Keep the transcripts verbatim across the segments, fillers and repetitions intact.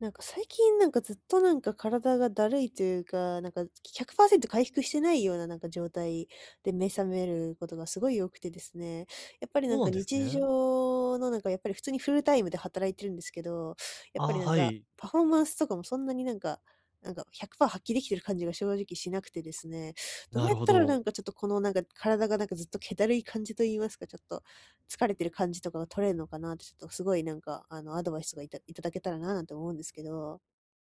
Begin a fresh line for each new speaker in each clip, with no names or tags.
なんか最近なんかずっとなんか体がだるいというか、なんかひゃくパーセント回復してないようななんか状態で目覚めることがすごい多くてですね。やっぱりな
そ
ん
うな
か
んです
日
ね。
常のなんかやっぱり普通にフルタイムで働いてるんですけど、やっぱ
あ
り
あ、
なん
は
か
い。
パフォーマンスとかもそんなになんか、なんかひゃくパーセント発揮できてる感じが正直しなくてですね。どう
な
や
る
っ
ほ
たらな
ど。
んかちょっとこのなんか体がなんかずっと気だるい感じと言いますか、ちょっと疲れてる感じとかが取れるのかなって、ちょっとすごいなんか、あの、アドバイスとかいたいただけたらななんて思うんですけど、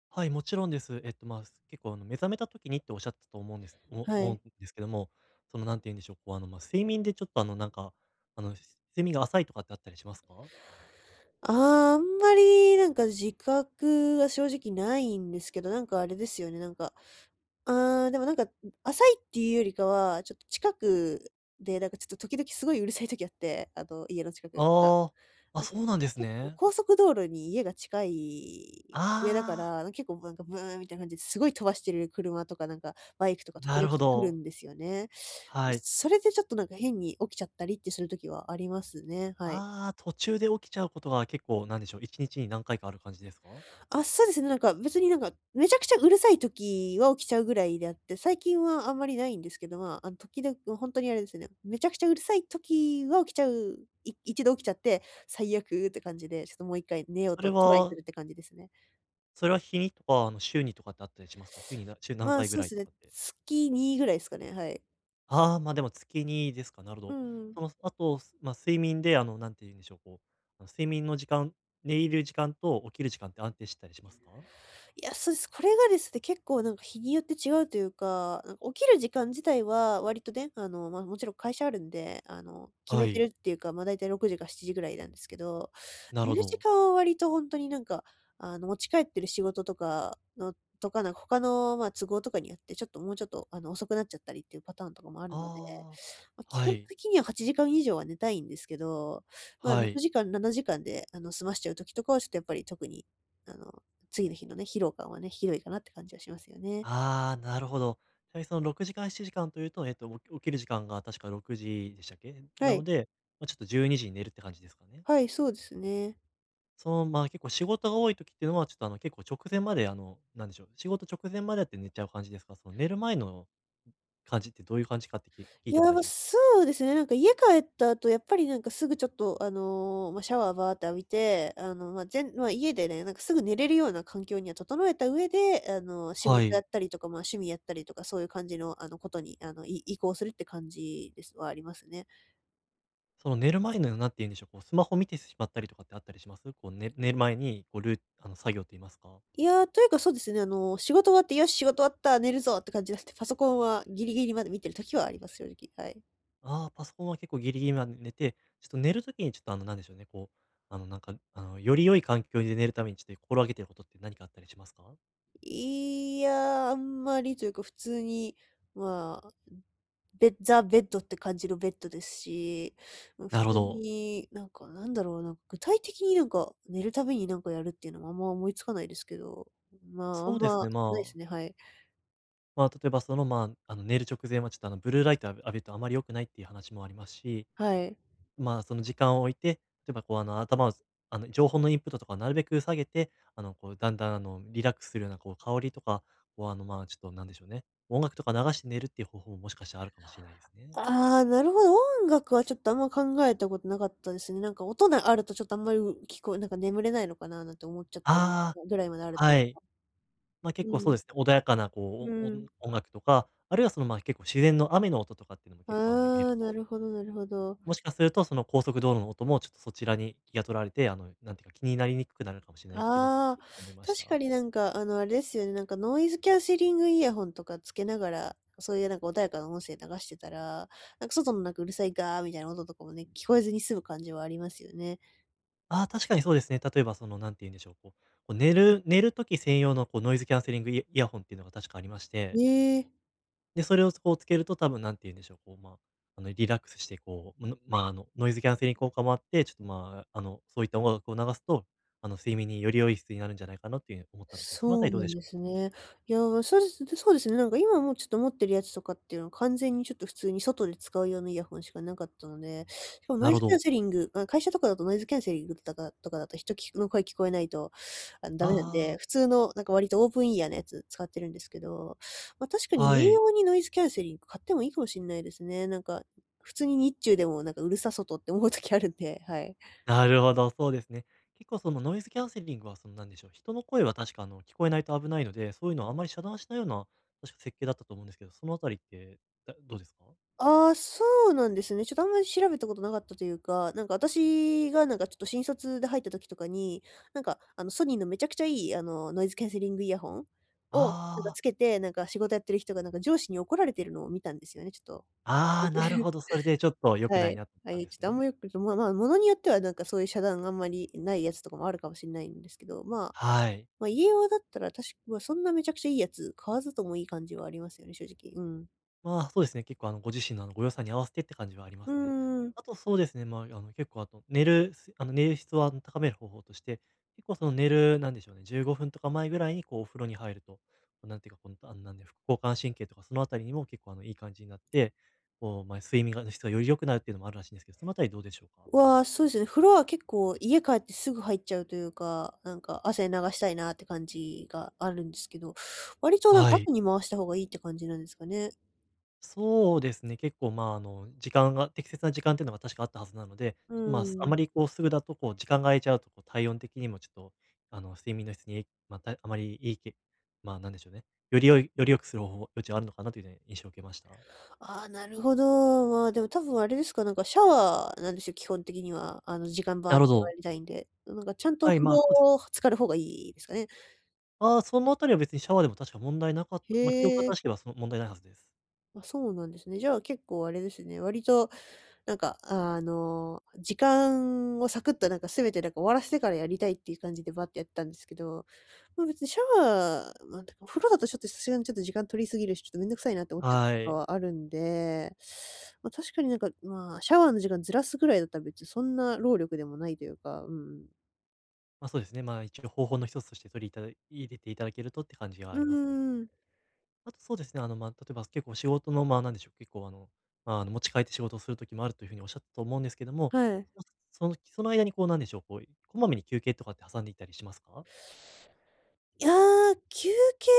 はい、もちろんです。えっと、まあ、結構、あの、目覚めた時にっておっしゃってたと思うんです、思
は
思う
い。
んですけども、その、なんて言うんでしょう、こう、あの、まあ、睡眠でちょっと、あの、なんか、あの、し睡眠が浅いとかってあったりしますか？
あーあんまりなんか自覚が正直ないんですけど、なんかあれですよね、なんか、あーでもなんか、浅いっていうよりかは、ちょっと近くで、なんかちょっと時々すごいうるさい時あって、あの、家の近くが。
ああ、あ、
なんか、
そうなんです
結構
ね。
高速道路に家が近い上だか
ああ、
ら、結構なんかブーンみたいな感じですごい飛ばしてる車とかなんかバイクとか時
なる
々
ほ
来る
ど。
んですよね。
はい。
それでちょっとなんか変に起きちゃったりってする時はありますね。はい。
ああ、途中で起きちゃうことが結構、なんでしょう、いちにちに何回かある感じですか？
あ、そうですね、なんか別になんかめちゃくちゃうるさい時は起きちゃうぐらいであって、最近はあんまりないんですけど、まあ、あの時々、本当にあれですね、めちゃくちゃうるさい時は起きちゃうい一度起きちゃって、最悪って感じで、ちょっともう一回寝よう
それ
とトライす
は
るって感じですね。
それは日にとか、あの、週にとかってあったりしますか？週にな週何
ああ、
回ぐ
そう
ら
で
い
す
と
ね。
かって。
月にぐらいですかね、はい。
ああ、ま、あでも月にですか、なるほ
う
ど。
んうん。
その、あと、すま、睡眠で、あの、なんて言うんでしょう、こう、あの、睡眠の時間、寝入る時間と起きる時間って安定してたりしますか？
いや、そうです。これがですね、結構なんか日によって違うというか、なんか起きる時間自体は割とね、あの、ま、もちろん会社あるんで、あの、決
は
めてるっ
い、
ていうか、ま、だいたいろくじかしちじぐらいなんですけど、
なる
寝
ほ
る時
ど。
間は割と本当になんか、あの、持ち帰ってる仕事とかのとか、なんか他の、まあ、都合とかによって、ちょっともうちょっと、あの、遅くなっちゃったりっていうパターンとかもあるので、
あ
まあ、基
あ、は
本
い、
的にははちじかん以上は寝たいんですけど、ま、あ
は
6
い。
時間、しちじかんで、あの、済ましちゃう時とかはちょっとやっぱり特に、あの、次の日のね、疲労感はね、ひどいかなって感じはしますよね。
ああ、なるほど。ちなみにそのろくじかん、ななじかんというと、えっと、起き起きる時間が確かろくじでしたっけ？
は
な
い。
ので、まあ、ちょっと12時にじに寝るって感じですかね。
はい、そうですね。
その、ま、あ結構仕事が多い時っていうのは、ちょっと、あの、結構直前まで、あの、なんでしょう、仕事直前までやって寝ちゃう感じですか？その寝る前の感じってどういう感じかって、き聞い
い
ても
や、
大
ま、
丈夫です
そうですね、なんか家帰った後、やっぱりなんかすぐちょっと、あの、ま、シャワーバーって浴びて、あの、ま、ぜんま、家でね、なんかすぐ寝れるような環境には整えた上で、あの、仕
は
事やっ
い。
たりとか、ま、趣味やったりとか、そういう感じの、あの、ことに、あの、い移行するって感じですはありますね。
その寝る前の、なって言うんでしょう、こうスマホ見てしまったりとかってあったりします？こう、ね寝寝る前に、こうルーあの、作業と言いますか。
いや、というかそうですね、あの、仕事終わって、よし、仕事終わった、寝るぞって感じじゃなくて、パソコンはギリギリまで見てる時はあります、正直、はい。
ああ、パソコンは結構ギリギリまで寝て、ちょっと寝る時にちょっとあの、なんでしょうね、こう、あの、なんか、あの、より良い環境で寝るためにちょっと心がけていることって何かあったりしますか？
いや、あんまりというか、普通に、まあ、ベザ・ベッドって感じのベッドですし、ま、普
なるほ
通
ど。
に、なんか、なんだろう、なんか具体的になんか、寝るためになんかやるっていうのはあんま思いつかないですけど、まあ、あ
そ
ん
うですね、
まないで
まあ、
すね、はい。
まあ、例えばその、まあ、あの、寝る直前はちょっとあの、ブルーライトあぶ浴びるとあまり良くないっていう話もありますし、
はい。
まあ、その時間を置いて、例えばこう、あの、頭を、あの、情報のインプットとかをなるべく下げて、あの、こう、だんだん、あの、リラックスするような、こう、香りとか、こう、あの、まあ、ちょっとなんでしょうね、音楽とか流して寝るっていう方法ももしかしたらあるかもしれないですね。
ああ、なるほど、音楽はちょっとあんま考えたことなかったですね。なんか音があるとちょっとあんまり、う聞こえなんか眠れないのかななんて思っちゃったり
あ
ぐらいまである
あ、
とい
は
う
い。
か。
まあ、
う
結構そうで
ん。
すね、穏やかな、
う
こう、お音
ん。
音楽とか、あるいはその、まあ、結構自然の雨の音とかっていうのも結構、あの、入れ
あ
る
あ、な
と、
るほどなるほど。
もしかするとその高速道路の音もちょっとそちらに気が取られて、あの、なんていうか、気になりにくくなるかもしれないっていうのを
あ
聞い
あ、
て思いまし
確か
た。
になんか、あの、あれですよね、なんかノイズキャンセリングイヤホンとかつけながら、そういうなんか穏やかな音声流してたら、なんか外のなんかうるさいガーみたいな音とかもね、聞こえずに済む感じはありますよね。
ああ、確かにそうですね。例えばその、何て言うんでしょう、こう、こう寝る寝る時専用のこうノイズキャンセリングイヤイヤホンっていうのが確かありまして、
ええ。
で、それをこうつけると多分何て言うんでしょう、こう、まあ、あの、リラックスしてこう、のまあ、あの、ノイズキャンセリング効果もあって、ちょっと、まあ、あの、そういった音楽を流すと、あの、睡眠により良い質になるんじゃないかなっていうふうに思ったんですけど、そのあ
そ
たり
う
どう
な
で
ん
しょ
です
う？
ね。いや、そうです、で、そうですね、なんか今もうちょっと持ってるやつとかっていうのは完全にちょっと普通に外で使う用のイヤホンしかなかったので、しかもノ
な
イ
るほ
ズキャン
ど。
セリング、まあ、会社とかだとノイズキャンセリングとかとかだと人きの声聞こえないと、あの、ダメなん
あ
で、普通のなんか割とオープンイヤーのやつ使ってるんですけど、ま、確か
あ、
に
は
家
い。
用にノイズキャンセリング買ってもいいかもしれないですね。なんか、普通に日中でもなんかうるさ外って思う時あるんで、はい。
なるほど、そうですね。結構そのノイズキャンセリングはそのなんでしょう、人の声は確かあの聞こえないと危ないので、そういうのはあまり遮断しないような、確か設計だったと思うんですけど、そのあたりって、だどうですか？
ああ、そうなんですね。ちょっとあんまり調べたことなかったというか、なんか私がなんかちょっと新卒で入った時とかに、なんかあのソニーのめちゃくちゃいいあのノイズキャンセリングイヤホンをなんか
ああ、
つけて、なんか仕事やってる人がなんか上司に怒られてるのを見たんですよね、ちょっと。
ああ、なる ほど、それでちょっと良く
は
ない
い。
なと思っ
は
たん
い、
で
ちょっ
す
とあん
ね。
まよく、まあまあ、ものによってはなんかそういう遮断あんまりないやつとかもあるかもしれないんですけど、まあ、
はい。
まあ家用だったら確か、まあそんなめちゃくちゃいいやつ買わずともいい感じはありますよね、正直。うん。
まあ、そうですね、結構あの、ご自身のあの、ご予算に合わせてって感じはありま
う
すね。
ーん。
あとそうですね、まあ、あの、結構あと、寝る、すあの、寝る質をあの高める方法として、結構その寝る、なんでしょうね、じゅうごふんとか前ぐらいにこう、お風呂に入ると、こうなんていうか、この、あの、なんで、副交感神経とかそのあたりにも結構あの、いい感じになって、こう、まあ、睡眠がの質がより良くなるっていうのもあるらしいんですけど、そのあたりどうでしょうか？
は、そうですね、風呂は結構家帰ってすぐ入っちゃうというか、なんか汗流したいなって感じがあるんですけど、割となん
は
か後
い。
に回した方がいいって感じなんですかね。
そうですね、結構、まあ、あの、時間が適切な時間っていうのが確かあったはずなので、
う
ちょっと、まあ、あま
ん。
りこうすぐだと、こう時間が空いちゃうと、こう体温的にもちょっと、あの、睡眠の質に、また、あまりいいけまあ、なんでしょうね、より良いより良くする方法余地はあるのかなというね、印象を受けました。
ああ、なるほど。まあ、でも多分あれですか、なんかシャワーなんですよ、基本的には。あの時間バ
な
ーっ
るほ
て
ど。
割りたいんで。なんかちゃんと
はい、
風
まあ、そうです。
呂浸かる方がいいですかね。
ああ、そのあたりは別にシャワーでも確か問題なかっ
へ
た、まあ、記憶
え、
が正しければその問題ないはずです。
あ、そうなんですね。じゃあ結構あれですね、割となんか、あの、時間をサクッとなんか全てなんか終わらせてからやりたいっていう感じでバッてやってたんですけど、まあ、別にシャワー、まあ、てかお風呂だとちょっとさすがにちょっと時間取りすぎるし、ちょっとめんどくさいなって思っちゃう
は
こと
い。
はあるんで、まあ、確かになんか、まあ、シャワーの時間ずらすぐらいだったら別にそんな労力でもないというか、うんうん。
まあ、そうですね、まあ、一応方法の一つとして取りいた入れていただけるとって感じが
う
ありますね。
ーん、
あとそうですね、あの、まあ、例えば結構仕事の、まあ、なんでしょう、結構あの、まあ、あの、持ち帰って仕事をする時もあるというふうにおっしゃったと思うんですけども、
はい。
そのそのその間にこうなんでしょう、こう、こまめに休憩とかって挟んでいったりしますか？
いやー、休憩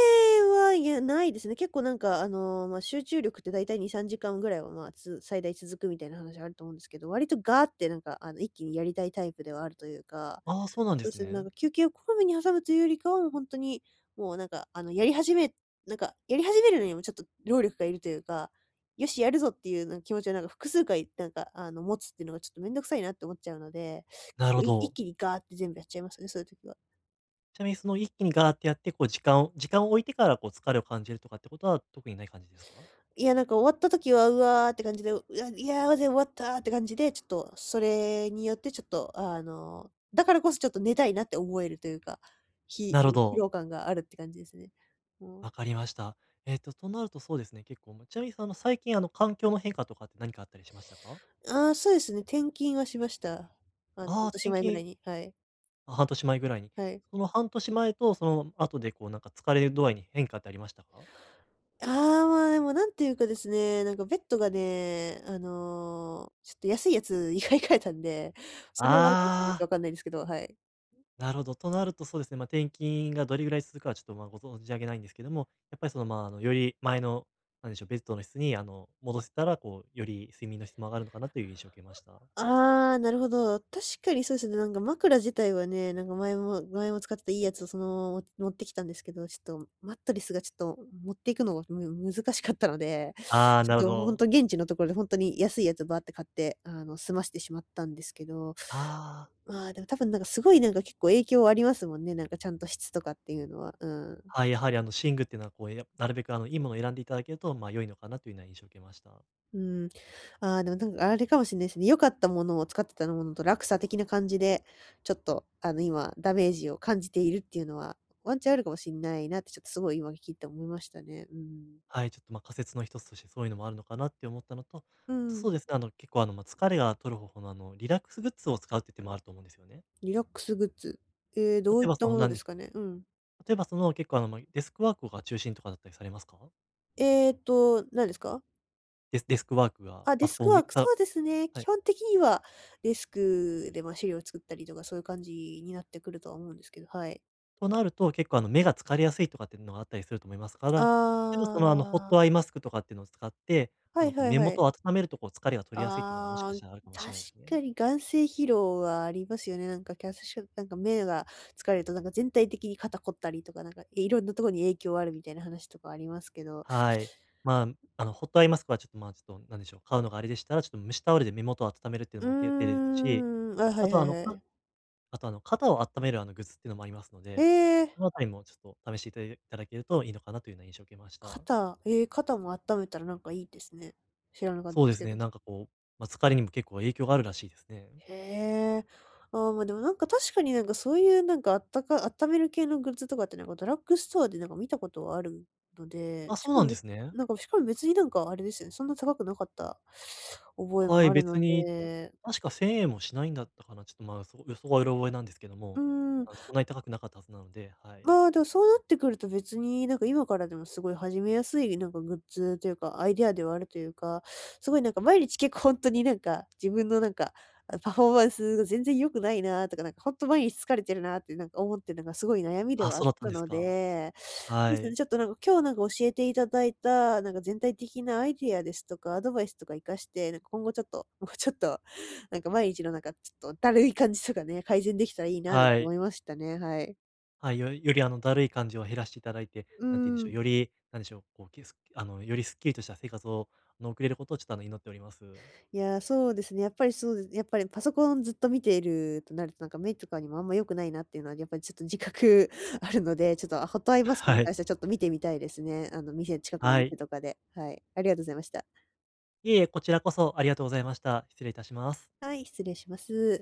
は、いや、ないですね。結構なんか、あの、まあ、集中力ってだいたいに、さんじかんぐらいは、まあ、つ最大続くみたいな話あると思うんですけど、割とガーってなんか、あの、一気にやりたいタイプではあるというか、
ああ、そうなんで
そうで
す
すね、なん
ね。
か休憩をこまめに挟むというよりかは、もう本当に、もうなんか、あの、やり始めなんか、やり始めるのにもちょっと労力がいるというか、よし、やるぞっていうなんか気持ちをなんか複数回、なんか、あの、持つっていうのがちょっとめんどくさいなって思っちゃうので、結
なるほ
構い一
ど。
気にガーって全部やっちゃいますね、そういう時は。
ちなみにその一気にガーってやって、こう時間を時間を置いてからこう疲れを感じるとかってことは特にない感じですか？
いや、なんか終わった時は、うわーって感じで、うわいやー、で終わったーって感じで、ちょっとそれによってちょっと、あの、だからこそちょっと寝たいなって思えるというか、ひ
なるほ
疲
ど、
労感があるって感じですね。うん。
わかりました。えっと、となるとそうですね、結構、ま、ちなみにその最近あの環境の変化とかって何かあったりしましたか？
ああ、そうですね、転勤はしました。あの、
ああ
半
ー、
年
転
前ぐらい
勤、
に、はい、
まあ、半年前ぐらいに。
はい。
その半年前とその後でこうなんか疲れ度合いに変化ってありましたか？
ああ、まあ、でもなんていうかですね、なんかベッドがね、あの、ちょっと安いやつ に買い替えたんで、それはあるかもしれないです。
あ
わ
あ、
かんないですけど、はい。
なるほど。となるとそうですね、ま、あ転勤がどれぐらい続くかはちょっと、ま、あご存じ上げないんですけども、やっぱりその、ま、ああの、より前の、なんでしょう、ベッドの質にあの、戻せたら、こう、より睡眠の質も上がるのかなという印象を受けました。
ああ、なるほど。確かにそうですね。なんか枕自体はね、なんか前も前も使ってたいいやつをそのまま持ってきたんですけど、ちょっとマットレスがちょっと持っていくのがむ難しかったので、
ああ、
ち
なる
ょ
ほ
っとほん
ど。
と現地のところで本当に安いやつバーって買って、あの、済ましてしまったんですけど、
ああ、
まあ、でも多分なんかすごいなんか結構影響ありますもんね、なんかちゃんと質とかっていうのは。うん。
はい、やはりあの、寝具っていうのはこう、やなるべくあの、いいものを選んでいただけると、ま、あ良いのかなというような印象を受けました。
うん。ああ、でもなんかあれかもしんないですね。良かったものを使ってたものと落差的な感じで、ちょっとあの、今ダメージを感じているっていうのは、ワンチャンあるかもしんないなって、ちょっとすごい今聞いて思いましたね。うん。
はい、ちょっと、ま、仮説の一つとしてそういうのもあるのかなって思ったのと、
うん。
そうですね、あの、結構、あの、ま、疲れが取る方法の、あの、リラックスグッズを使うってい手もあると思うんですよね。
リラックスグッズ。えーどう
例
い
え
っ
ば、
た
その、
もの
何
で
で
す
しょ
かね？うん。
う、例えば、その、結構、あの、ま、デスクワークが中心とかだったりされますか？
えーと、何ですか？
デスデスクワークが
あ、デ
パソ
ス
コン
ク
を
ワ
め
ーク、
さ
そうですね。基
はい。
本的にはデスクで、ま、資料を作ったりとかそういう感じになってくるとは思うんですけど、はい。
となると、結構、あの、目が疲れやすいとかっていうのがあったりすると思いますか
あ
ら、例えば、その、あの、ホッ
あ、
トアイマスクとかっていうのを使って、
は
あ
い
の、こう、
はい
目
は
元
い。
を温めると、こう、疲れが取りやすいっていうのはもし
あ
かし
あ、
たらあるかもし
確
れないです
か
ね。
に眼精疲労はありますよね。なんか、キャスシなんか目が疲れると、なんか全体的に肩凝ったりとか、なんか、いろんなところに影響あるみたいな話とかありますけど。
はい。まあ、あの、ホットアイマスクはちょっと、まあ、ちょっと、なんでしょう、買うのがあれでしたら、ちょっと蒸しタオルで目元を温めるっていう
う
のも手手です
ー
し、
ん、あ、は
あ
いは
と、あ
い
の、
は
か
い。
あと、あの、肩を温める、あの、グッズっていうのもありますの
え
で、
ー、
そのあたりもちょっと試していただいただけるといいのかなというような印象を受けました。
肩、えー肩も温めたらなんかいいですね。知らなかった
そう
で
で
す
す
け
ね、
ど。
なんかこう、まあ、疲れにも結構影響があるらしいですね。
へえ。ああ、ま、でもなんか確かになんかそういうなんかあったか温める系のグッズとかってなんかドラッグストアでなんか見たことはあるので、
あ、
し
そう
か
な
も
んで
べ
すね。
なんかしかも別になんかあれですよね、そんな高くなかった覚え
は
も
い、
あるの
別に、た
で、
確かせんえんもしないんだったかな、ちょっと、まあ、そ予想はうろ覚えなんですけど
う
も、
ーん。
あの、そんなに高くなかったはずなので、はい。
まあ、でもそうなってくると別になんか今からでもすごい始めやすいなんかグッズというかアイデアではあるというか、すごいなんか毎日結構本当になんか自分のなんか、あ、パフォーマンスが全然良くないなとか、なんか本当毎日疲れてるなってなんか思ってるのがすごい悩みで
あ、
はあっ
そうだった
た
んです
の
か。
で、そう
は
ですね、
い。
ちょっとなんか今日なんか教えていただいたなんか全体的なアイデアですとかアドバイスとか活かして、なんか今後ちょっと、もうちょっとなんか毎日のなんかちょっとだるい感じとかね、改善できたらいいなと
はい。
思いましたね、はい。
はい、よよりあの、だるい感じを減らしていただいて、
う
なんて言うんでしょ
ん。
う、より、なんでしょう、こう、けすあの、よりすっきりとした生活を、あの、送れることをちょっとあの、祈っております。
いやー、そうですね。やっぱりそうです。やっぱりパソコンずっと見ているとなると、なんか目とかにもあんま良くないなっていうのは、やっぱりちょっと自覚 あるので、ちょっとホットアイマスクに
はい。
関してはちょっと見てみたいですね。あの店近くの
は
店
い。
とかで。はい。ありがとうございました。
いえいえ、こちらこそありがとうございました。失礼いたします。
はい、失礼します。